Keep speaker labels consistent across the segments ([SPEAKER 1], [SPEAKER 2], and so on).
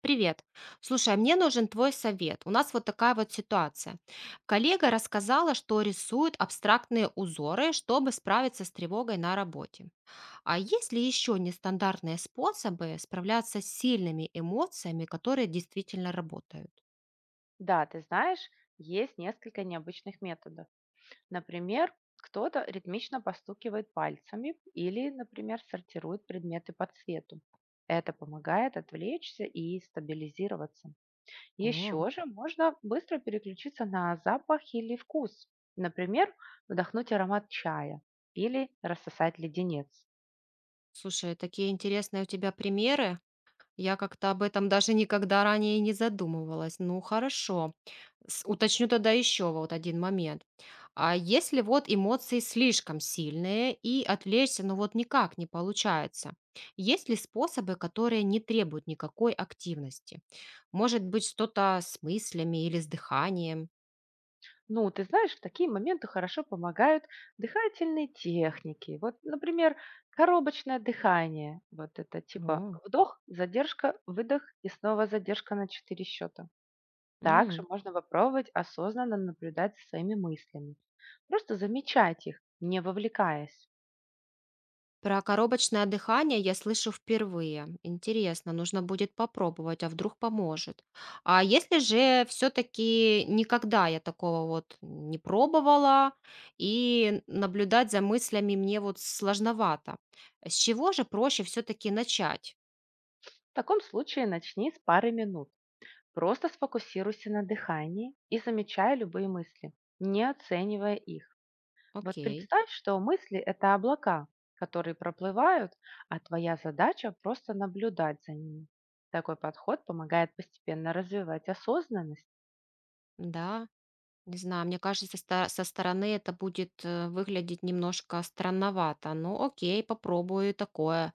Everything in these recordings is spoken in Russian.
[SPEAKER 1] Привет. Слушай, а мне нужен твой совет. У нас вот такая вот ситуация. Коллега рассказала, что рисует абстрактные узоры, чтобы справиться с тревогой на работе. А есть ли еще нестандартные способы справляться с сильными эмоциями, которые действительно работают?
[SPEAKER 2] Да, ты знаешь, есть несколько необычных методов. Например, кто-то ритмично постукивает пальцами или, например, сортирует предметы по цвету. Это помогает отвлечься и стабилизироваться.
[SPEAKER 1] О,
[SPEAKER 2] Еще же можно быстро переключиться на запах или вкус. Например, вдохнуть аромат чая или рассосать леденец.
[SPEAKER 1] слушай, такие интересные у тебя примеры. Я как-то об этом даже никогда ранее не задумывалась. Ну, хорошо. Уточню тогда еще вот один момент. А если вот эмоции слишком сильные и отвлечься, ну вот никак не получается, есть ли способы, которые не требуют никакой активности? Может быть, что-то с мыслями или с дыханием?
[SPEAKER 2] Ну, ты знаешь, в такие моменты хорошо помогают дыхательные техники. Вот, например, коробочное дыхание. Вот это типа
[SPEAKER 1] О,
[SPEAKER 2] вдох, задержка, выдох и снова задержка на 4 счета. Также
[SPEAKER 1] м.
[SPEAKER 2] можно попробовать осознанно наблюдать за своими мыслями. Просто замечать их, не вовлекаясь.
[SPEAKER 1] Про коробочное дыхание я слышу впервые. Интересно, нужно будет попробовать, а вдруг поможет. А если же все-таки никогда я такого вот не пробовала, и наблюдать за мыслями мне вот сложновато. С чего же проще все-таки начать?
[SPEAKER 2] В таком случае начни с пары минут. Просто сфокусируйся на дыхании и замечай любые мысли, не оценивая их. Вот
[SPEAKER 1] Окей,
[SPEAKER 2] представь, что мысли– это облака, которые проплывают, а твоя задача– просто наблюдать за ними. Такой подход помогает постепенно развивать осознанность.
[SPEAKER 1] да, не знаю, мне кажется, со стороны это будет выглядеть немножко странновато. Ну, окей, попробую и такое.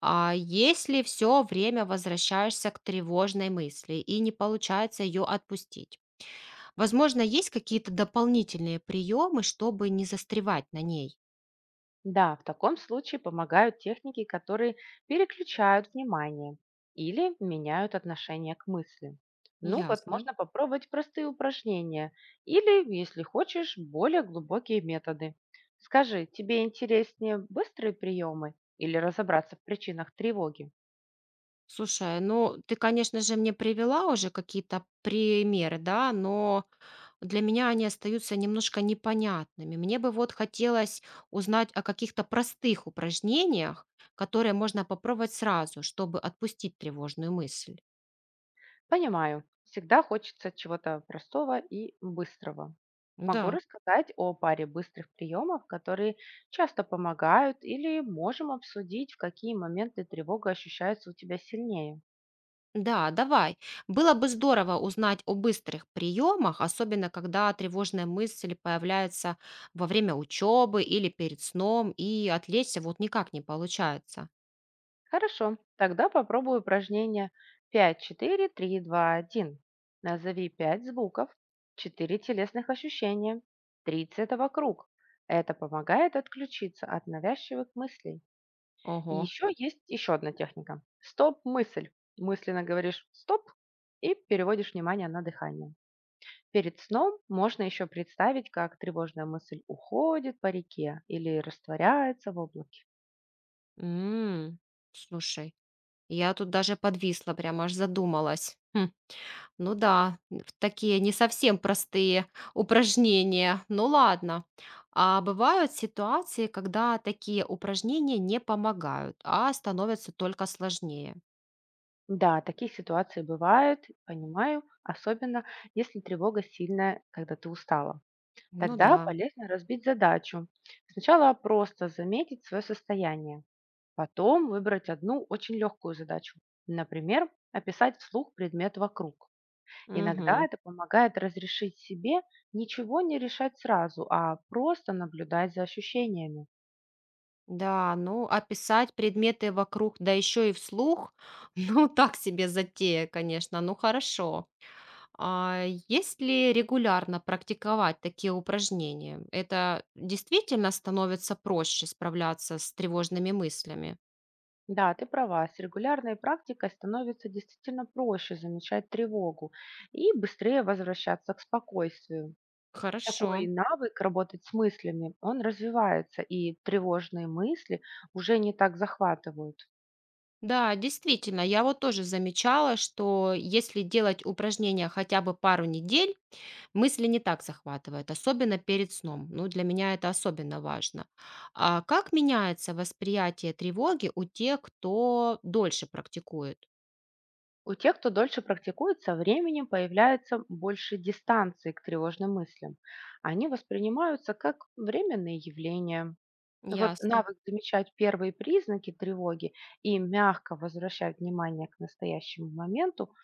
[SPEAKER 1] А если все время возвращаешься к тревожной мысли и не получается ее отпустить, возможно, есть какие-то дополнительные приемы, чтобы не застревать на ней?
[SPEAKER 2] Да, в таком случае помогают техники, которые переключают внимание или меняют отношение к мысли. Ну вот
[SPEAKER 1] Ясно.
[SPEAKER 2] можно попробовать простые упражнения или, если хочешь, более глубокие методы. Скажи, тебе интереснее быстрые приемы или разобраться в причинах тревоги?
[SPEAKER 1] Слушай, ну ты, конечно же, мне привела уже какие-то примеры, да, но для меня они остаются немножко непонятными. Мне бы вот хотелось узнать о каких-то простых упражнениях, которые можно попробовать сразу, чтобы отпустить тревожную мысль.
[SPEAKER 2] Понимаю. Всегда хочется чего-то простого и быстрого. Могу
[SPEAKER 1] Да.
[SPEAKER 2] рассказать о паре быстрых приемов, которые часто помогают, или можем обсудить, в какие моменты тревога ощущается у тебя сильнее.
[SPEAKER 1] Да, давай. Было бы здорово узнать о быстрых приемах, особенно когда тревожная мысль появляется во время учебы или перед сном, и отвлечься вот никак не получается.
[SPEAKER 2] Хорошо, тогда попробую упражнение пять, четыре, три, два, один. Назови пять звуков, четыре телесных ощущения, три— цвета вокруг. Это помогает отключиться от навязчивых мыслей. И
[SPEAKER 1] Ого.
[SPEAKER 2] еще есть еще одна техника. Стоп-мысль. Мысленно говоришь «стоп» и переводишь внимание на дыхание. Перед сном можно еще представить, как тревожная мысль уходит по реке или растворяется в облаке.
[SPEAKER 1] М, Слушай, я тут даже подвисла, прям аж задумалась. Хм. Ну да, в такие не совсем простые упражнения. Ну ладно. А бывают ситуации, когда такие упражнения не помогают, а становятся только сложнее.
[SPEAKER 2] Да, такие ситуации бывают, понимаю, особенно если тревога сильная, когда ты устала.
[SPEAKER 1] Ну
[SPEAKER 2] Тогда
[SPEAKER 1] да.
[SPEAKER 2] полезно разбить задачу. Сначала просто заметить свое состояние. Потом выбрать одну очень легкую задачу. Например, описать вслух предмет вокруг. Иногда
[SPEAKER 1] Мгм.
[SPEAKER 2] это помогает разрешить себе ничего не решать сразу, а просто наблюдать за ощущениями.
[SPEAKER 1] Да, ну, описать предметы вокруг, да еще и вслух, ну, так себе затея, конечно, ну хорошо. А если регулярно практиковать такие упражнения, это действительно становится проще справляться с тревожными мыслями?
[SPEAKER 2] Да, ты права, с регулярной практикой становится действительно проще замечать тревогу и быстрее возвращаться к спокойствию.
[SPEAKER 1] Хорошо.
[SPEAKER 2] Такой навык работать с мыслями, он развивается, и тревожные мысли уже не так захватывают.
[SPEAKER 1] Да, действительно, я вот тоже замечала, что если делать упражнения хотя бы пару недель, мысли не так захватывают, особенно перед сном. Ну, для меня это особенно важно. А как меняется восприятие тревоги у тех, кто дольше практикует?
[SPEAKER 2] У тех, кто дольше практикует, со временем появляется больше дистанции к тревожным мыслям. Они воспринимаются как временные явления. Вот
[SPEAKER 1] Ясно.
[SPEAKER 2] навык замечать первые признаки тревоги и мягко возвращать внимание к настоящему моменту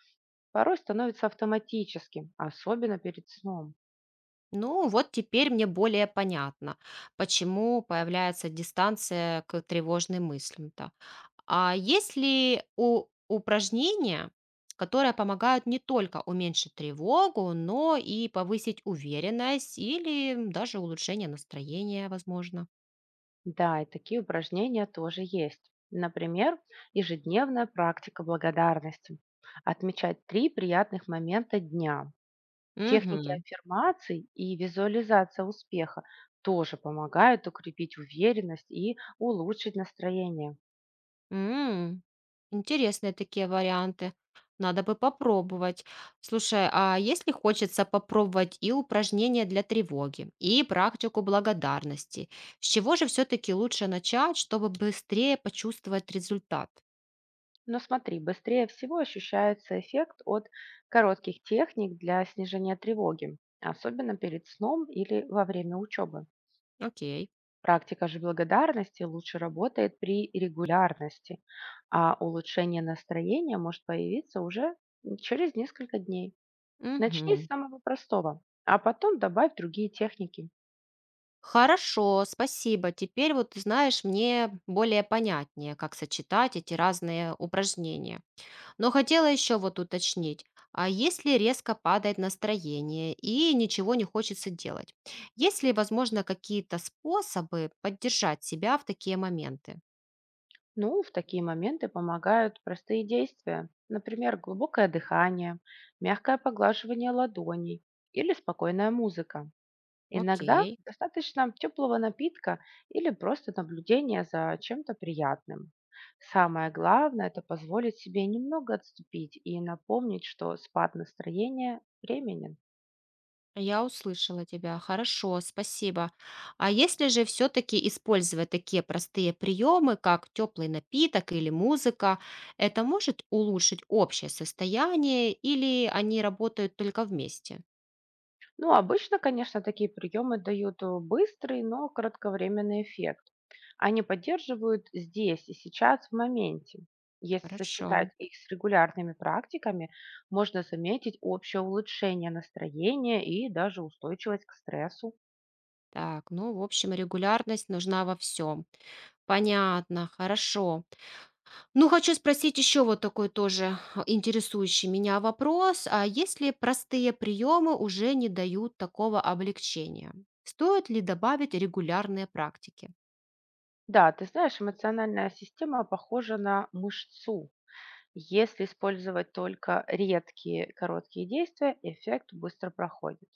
[SPEAKER 2] порой становится автоматическим, особенно перед сном.
[SPEAKER 1] Ну, вот теперь мне более понятно, почему появляется дистанция к тревожным мыслям-то. А есть ли у упражнения, которые помогают не только уменьшить тревогу, но и повысить уверенность или даже улучшение настроения, возможно?
[SPEAKER 2] Да, и такие упражнения тоже есть. Например, ежедневная практика благодарности. Отмечать три приятных момента дня. Техники
[SPEAKER 1] Мгм.
[SPEAKER 2] аффирмаций и визуализация успеха тоже помогают укрепить уверенность и улучшить настроение.
[SPEAKER 1] М. Интересные такие варианты. Надо бы попробовать. Слушай, а если хочется попробовать и упражнения для тревоги, и практику благодарности, с чего же все-таки лучше начать, чтобы быстрее почувствовать результат?
[SPEAKER 2] Но смотри, быстрее всего ощущается эффект от коротких техник для снижения тревоги, особенно перед сном или во время учебы.
[SPEAKER 1] Окей.
[SPEAKER 2] Практика же благодарности лучше работает при регулярности, а улучшение настроения может появиться уже через несколько дней. Начни с
[SPEAKER 1] Мгм.
[SPEAKER 2] самого простого, а потом добавь другие техники.
[SPEAKER 1] Хорошо, спасибо. Теперь вот, ты знаешь, мне более понятнее, как сочетать эти разные упражнения. Но хотела еще вот уточнить, а если резко падает настроение и ничего не хочется делать, есть ли, возможно, какие-то способы поддержать себя в такие моменты?
[SPEAKER 2] Ну, в такие моменты помогают простые действия, например, глубокое дыхание, мягкое поглаживание ладоней или спокойная музыка. Иногда
[SPEAKER 1] Окей.
[SPEAKER 2] достаточно теплого напитка или просто наблюдения за чем-то приятным. Самое главное– это позволить себе немного отступить и напомнить, что спад настроения временен.
[SPEAKER 1] Я услышала тебя. Хорошо, спасибо. А если же все-таки использовать такие простые приемы, как теплый напиток или музыка, это может улучшить общее состояние или они работают только вместе?
[SPEAKER 2] Ну, обычно, конечно, такие приемы дают быстрый, но кратковременный эффект. Они поддерживают здесь и сейчас в моменте. Если
[SPEAKER 1] Хорошо.
[SPEAKER 2] сочетать их с регулярными практиками, можно заметить общее улучшение настроения и даже устойчивость к стрессу.
[SPEAKER 1] Так, ну, в общем, регулярность нужна во всем. Понятно, хорошо. Ну, хочу спросить еще вот такой тоже интересующий меня вопрос. А если простые приемы уже не дают такого облегчения, стоит ли добавить регулярные практики?
[SPEAKER 2] Да, ты знаешь, эмоциональная система похожа на мышцу. Если использовать только редкие короткие действия, эффект быстро проходит.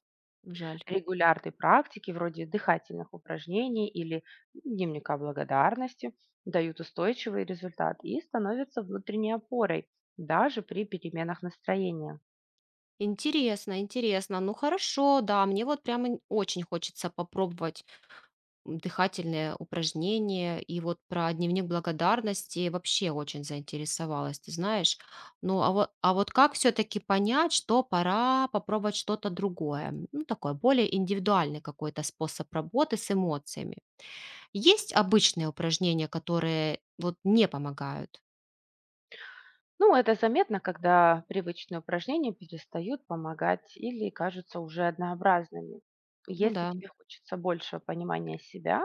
[SPEAKER 1] Жаль.
[SPEAKER 2] Регулярной практики вроде дыхательных упражнений или дневника благодарности дают устойчивый результат и становятся внутренней опорой даже при переменах настроения.
[SPEAKER 1] Интересно, интересно. Ну хорошо, да, мне вот прямо очень хочется попробовать дыхательные упражнения. И вот про дневник благодарности вообще очень заинтересовалась, ты знаешь. Ну, а вот как все-таки понять, что пора попробовать что-то другое? Ну, такой более индивидуальный какой-то способ работы с эмоциями. Есть обычные упражнения, которые вот не помогают?
[SPEAKER 2] Ну, это заметно, когда привычные упражнения перестают помогать или кажутся уже однообразными.
[SPEAKER 1] Ну
[SPEAKER 2] Если
[SPEAKER 1] да.
[SPEAKER 2] тебе хочется больше понимания себя,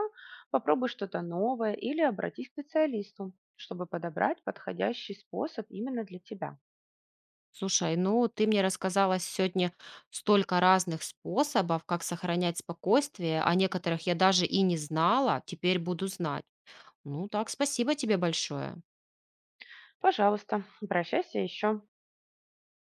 [SPEAKER 2] попробуй что-то новое или обратись к специалисту, чтобы подобрать подходящий способ именно для тебя.
[SPEAKER 1] Слушай, ну ты мне рассказала сегодня столько разных способов, как сохранять спокойствие, о некоторых я даже и не знала, теперь буду знать. Ну так, спасибо тебе большое.
[SPEAKER 2] Пожалуйста, обращайся еще.